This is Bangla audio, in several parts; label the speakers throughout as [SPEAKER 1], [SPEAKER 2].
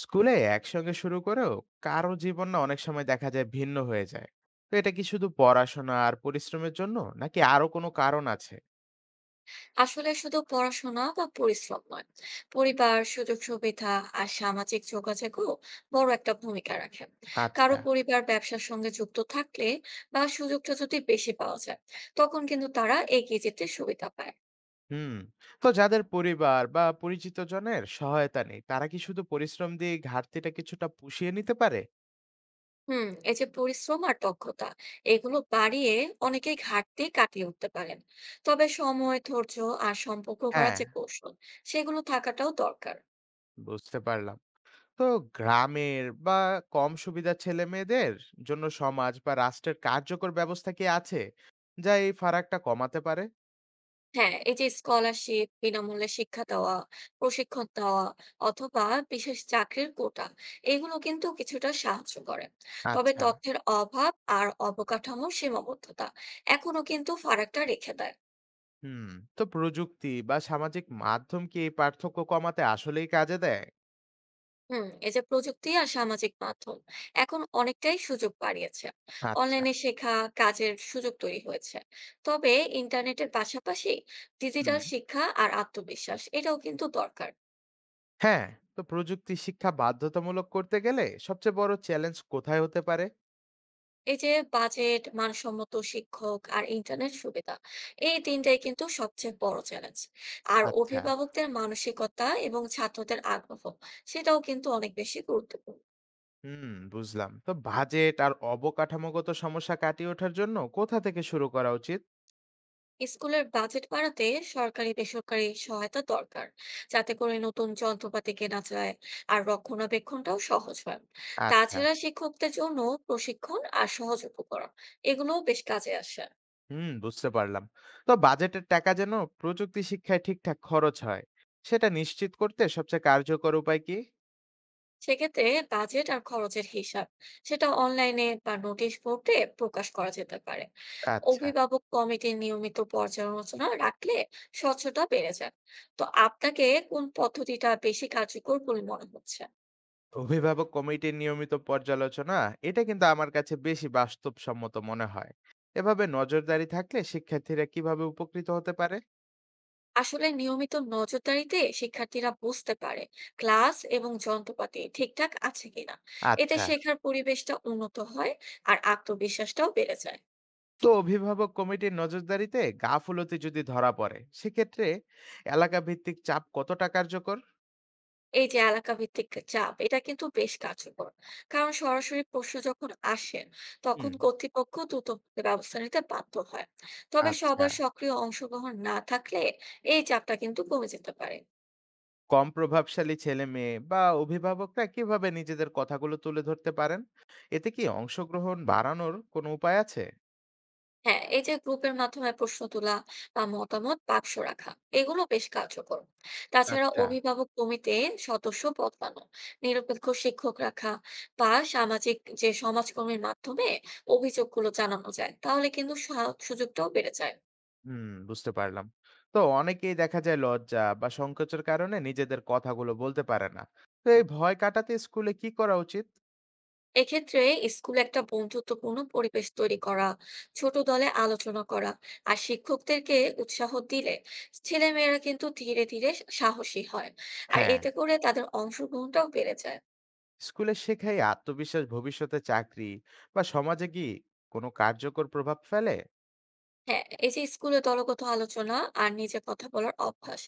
[SPEAKER 1] স্কুলে একসঙ্গে শুরু করেও কারো জীবন না অনেক সময় দেখা যায় ভিন্ন হয়ে যায়। তো এটা কি শুধু পড়াশোনা আর পরিশ্রমের জন্য, নাকি আরো কোনো কারণ আছে?
[SPEAKER 2] আসলে শুধু পড়াশোনা বা পরিশ্রম নয়, পরিবার, সুযোগ সুবিধা আর সামাজিক যোগাযোগও বড় একটা ভূমিকা রাখে। কারো
[SPEAKER 1] আচ্ছা।
[SPEAKER 2] পরিবার ব্যবসার সঙ্গে যুক্ত থাকলে বা সুযোগটা যদি বেশি পাওয়া যায়, তখন কিন্তু তারা এগিয়ে যেতে সুবিধা পায়।
[SPEAKER 1] হুম। তো যাদের পরিবার বা পরিচিত জনের সহায়তা নেই, তারা কি শুধু পরিশ্রম দিয়ে ঘাটতিটা কিছুটা পুষিয়ে নিতে পারে?
[SPEAKER 2] হুম, এই যে পরিশ্রম আর দক্ষতা, এগুলো বাড়িয়ে অনেকেই ঘাটতি কাটিয়ে উঠতে পারেন। তবে সময়, ধৈর্য আর সম্পর্ক করার
[SPEAKER 1] হ্যাঁ,
[SPEAKER 2] যে কৌশল, সেগুলো থাকাটাও দরকার।
[SPEAKER 1] বুঝতে পারলাম। তো গ্রামের বা কম সুবিধার ছেলে মেয়েদের জন্য সমাজ বা রাষ্ট্রের কার্যকর ব্যবস্থা কি আছে, যা এই ফারাকটা কমাতে পারে?
[SPEAKER 2] হ্যাঁ, এই যে স্কলারশিপ, বিনামূল্যে শিক্ষা দেওয়া, প্রশিক্ষণ দেওয়া অথবা বিশেষ চাকরির কোটা, এগুলো কিন্তু কিছুটা সাহায্য করে। তবে
[SPEAKER 1] আচ্ছা।
[SPEAKER 2] তথ্যের অভাব আর অবকাঠামোর সীমাবদ্ধতা এখনো কিন্তু ফারাকটা রেখে দেয়।
[SPEAKER 1] হুম। তো প্রযুক্তি বা সামাজিক মাধ্যম কি এই পার্থক্য কমাতে আসলেই কাজে দেয়?
[SPEAKER 2] হুম, এই যে প্রযুক্তি আর সামাজিক মাধ্যম এখন অনেকটাই সুযোগ বাড়িয়েছে।
[SPEAKER 1] আচ্ছা।
[SPEAKER 2] অনলাইনে শেখা, কাজের সুযোগ তৈরি হয়েছে। তবে ইন্টারনেটের পাশাপাশি
[SPEAKER 1] হুম।
[SPEAKER 2] ডিজিটাল শিক্ষা আর আত্মবিশ্বাস এটাও কিন্তু দরকার।
[SPEAKER 1] হ্যাঁ। তো প্রযুক্তি শিক্ষা বাধ্যতামূলক করতে গেলে সবচেয়ে বড় চ্যালেঞ্জ কোথায় হতে পারে?
[SPEAKER 2] এই যে বাজেট, মানসম্মত শিক্ষক আর ইন্টারনেট সুবিধা, এই তিনটাই কিন্তু সবচেয়ে বড় চ্যালেঞ্জ। আর
[SPEAKER 1] আচ্ছা।
[SPEAKER 2] অভিভাবকদের মানসিকতা এবং ছাত্রদের আগ্রহ, সেটাও কিন্তু অনেক বেশি গুরুত্বপূর্ণ।
[SPEAKER 1] হুম, বুঝলাম। তো বাজেট আর অবকাঠামোগত সমস্যা কাটিয়ে ওঠার জন্য কোথা থেকে শুরু করা উচিত?
[SPEAKER 2] স্কুলের বাজেট বাড়াতে সরকারি বেসরকারি সহায়তা দরকার, যাতে করে নতুন যন্ত্রপাতি কেনা যায় আর রক্ষণাবেক্ষণটাও সহজ হয়।
[SPEAKER 1] আচ্ছা।
[SPEAKER 2] তাছাড়া শিক্ষকদের জন্য প্রশিক্ষণ আর সহজ উপকরণ, এগুলোও বেশ কাজে আসে।
[SPEAKER 1] হুম, বুঝতে পারলাম। তো বাজেটের টাকা যেন প্রযুক্তি শিক্ষায় ঠিকঠাক খরচ হয়, সেটা নিশ্চিত করতে সবচেয়ে কার্যকর উপায় কি?
[SPEAKER 2] সেক্ষেত্রে বাজেট আর খরচের হিসাব, সেটা অনলাইনে বা নোটিশ বোর্ডে প্রকাশ করা যেতে পারে।
[SPEAKER 1] আচ্ছা।
[SPEAKER 2] অভিভাবক কমিটির নিয়মিত পর্যালোচনা রাখলে স্বচ্ছতা বেড়ে যায়। তো আপনাকে কোন পদ্ধতিটা বেশি কার্যকর বলে মনে হচ্ছে?
[SPEAKER 1] অভিভাবক কমিটির নিয়মিত পর্যালোচনা, এটা কিন্তু আমার কাছে বেশি বাস্তবসম্মত মনে হয়। এভাবে নজরদারি থাকলে শিক্ষার্থীরা কিভাবে উপকৃত হতে পারে?
[SPEAKER 2] আসলে নিয়মিত নজরদারিতে শিক্ষার্থীরা বুঝতে পারে ক্লাস এবং যন্ত্রপাতি ঠিকঠাক আছে কিনা। এতে
[SPEAKER 1] আচ্ছা।
[SPEAKER 2] শেখার পরিবেশটা উন্নত হয় আর আত্মবিশ্বাসটাও বেড়ে যায়।
[SPEAKER 1] তো অভিভাবক কমিটির নজরদারিতে গাফুলতি যদি ধরা পড়ে, সেক্ষেত্রে এলাকা ভিত্তিক চাপ কতটা কার্যকর?
[SPEAKER 2] এই যে এলাকা ভিত্তিক চাপ, এটা কিন্তু বেশ কার্যকর। কারণ সরাসরি প্রশ্ন যখন আসে, তখন
[SPEAKER 1] হুম।
[SPEAKER 2] কর্তৃপক্ষ দ্রুত ব্যবস্থা নিতে বাধ্য হয়। তবে
[SPEAKER 1] আচ্ছা।
[SPEAKER 2] সবার সক্রিয় অংশগ্রহণ না থাকলে এই চাপটা কিন্তু কমে যেতে পারে।
[SPEAKER 1] কম প্রভাবশালী ছেলে মেয়ে বা অভিভাবকরা কিভাবে নিজেদের কথাগুলো তুলে ধরতে পারেন? এতে কি অংশগ্রহণ বাড়ানোর কোনো উপায় আছে?
[SPEAKER 2] হ্যাঁ, এই যে গ্রুপের মাধ্যমে প্রশ্ন তোলা বা মতামত বাক্স রাখা, এগুলো বেশ কার্যকর। তাছাড়া
[SPEAKER 1] আচ্ছা।
[SPEAKER 2] অভিভাবক কমিতে সদস্য বদলানো, নিরপেক্ষ শিক্ষক রাখা বা সামাজিক যে সমাজকর্মীর মাধ্যমে অভিযোগগুলো জানানো যায়, তাহলে কিন্তু সুযোগটাও বেড়ে যায়।
[SPEAKER 1] হুম, বুঝতে পারলাম। তো অনেকেই দেখা যায় লজ্জা বা সংকোচের কারণে নিজেদের কথাগুলো বলতে পারে না। তো এই ভয় কাটাতে স্কুলে কি করা উচিত?
[SPEAKER 2] এক্ষেত্রে স্কুলে একটা বন্ধুত্বপূর্ণ পরিবেশ তৈরি করা, ছোট দলে আলোচনা করা আর শিক্ষকদেরকে উৎসাহ দিলে ছেলেমেয়েরা কিন্তু ধীরে ধীরে সাহসী হয়। আর
[SPEAKER 1] হ্যাঁ।
[SPEAKER 2] এতে করে তাদের অংশগ্রহণটাও বেড়ে যায়।
[SPEAKER 1] স্কুলে শেখাই আত্মবিশ্বাস ভবিষ্যতে চাকরি বা সমাজে কি কোনো কার্যকর প্রভাব ফেলে?
[SPEAKER 2] হ্যাঁ, এই যে স্কুলে দলগত আলোচনা আর নিজে কথা বলার অভ্যাস,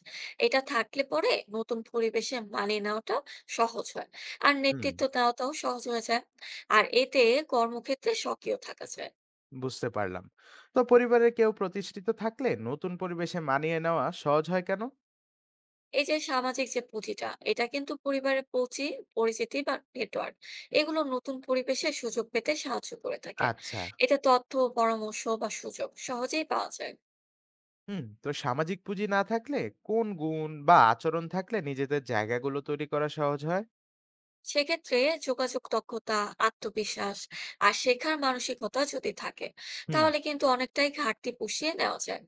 [SPEAKER 2] এটা থাকলে পরে নতুন পরিবেশে মানিয়ে নেওয়াটা সহজ হয় আর
[SPEAKER 1] হুম,
[SPEAKER 2] নেতৃত্ব দেওয়াটাও সহজ হয়ে যায়। আর এতে কর্মক্ষেত্রে সক্রিয় থাকা যায়।
[SPEAKER 1] বুঝতে পারলাম। তো পরিবারের কেউ প্রতিষ্ঠিত থাকলে নতুন পরিবেশে মানিয়ে নেওয়া সহজ হয় কেন?
[SPEAKER 2] এই যে সামাজিক যে পুঁজিটা, এটা কিন্তু পরিবারের পুঁজি, পরিচিতি বা নেটওয়ার্ক, এগুলো নতুন পরিবেশে সুযোগ পেতে সাহায্য করে থাকে।
[SPEAKER 1] আচ্ছা।
[SPEAKER 2] এতে তথ্য, পরামর্শ বা সুযোগ সহজেই পাওয়া যায়।
[SPEAKER 1] হুম, তো সামাজিক পুঁজি না থাকলে কোন গুণ বা আচরণ থাকলে নিজেদের জায়গাগুলো তৈরি করা সহজ হয়?
[SPEAKER 2] সেক্ষেত্রে যোগাযোগ দক্ষতা, আত্মবিশ্বাস আর শেখার মানসিকতা যদি থাকে,
[SPEAKER 1] হুম।
[SPEAKER 2] তাহলে কিন্তু অনেকটাই ঘাটতি পুষিয়ে নেওয়া যায়।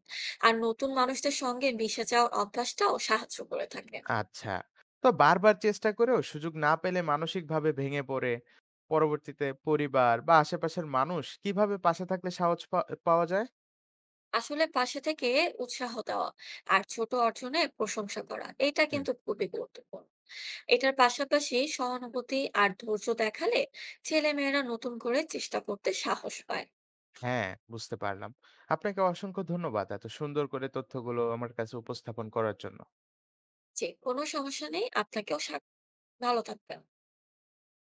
[SPEAKER 2] আর নতুন মানুষদের সঙ্গে মিশে যাওয়ার অভ্যাসটাও সাহায্য করে থাকে।
[SPEAKER 1] আচ্ছা। তো বারবার চেষ্টা করেও সুযোগ না পেলে মানসিকভাবে ভেঙে পড়ে পরবর্তীতে পরিবার বা আশেপাশের মানুষ কিভাবে পাশে থাকলে সাহস পাওয়া যায়?
[SPEAKER 2] আসলে পাশে থেকে উৎসাহ দেওয়া আর ছোট অর্জনে প্রশংসা করা, এটা
[SPEAKER 1] হুম।
[SPEAKER 2] কিন্তু খুবই গুরুত্বপূর্ণ। এটার পাশাপাশি সহানুভূতি আর ধৈর্য দেখালে ছেলেমেয়েরা নতুন করে চেষ্টা করতে সাহস পায়।
[SPEAKER 1] হ্যাঁ, বুঝতে পারলাম। আপনাকে অসংখ্য ধন্যবাদ এত সুন্দর করে তথ্যগুলো আমার কাছে উপস্থাপন করার জন্য।
[SPEAKER 2] যে কোনো সমস্যা নেই, আপনাকেও ভালো থাকবেন।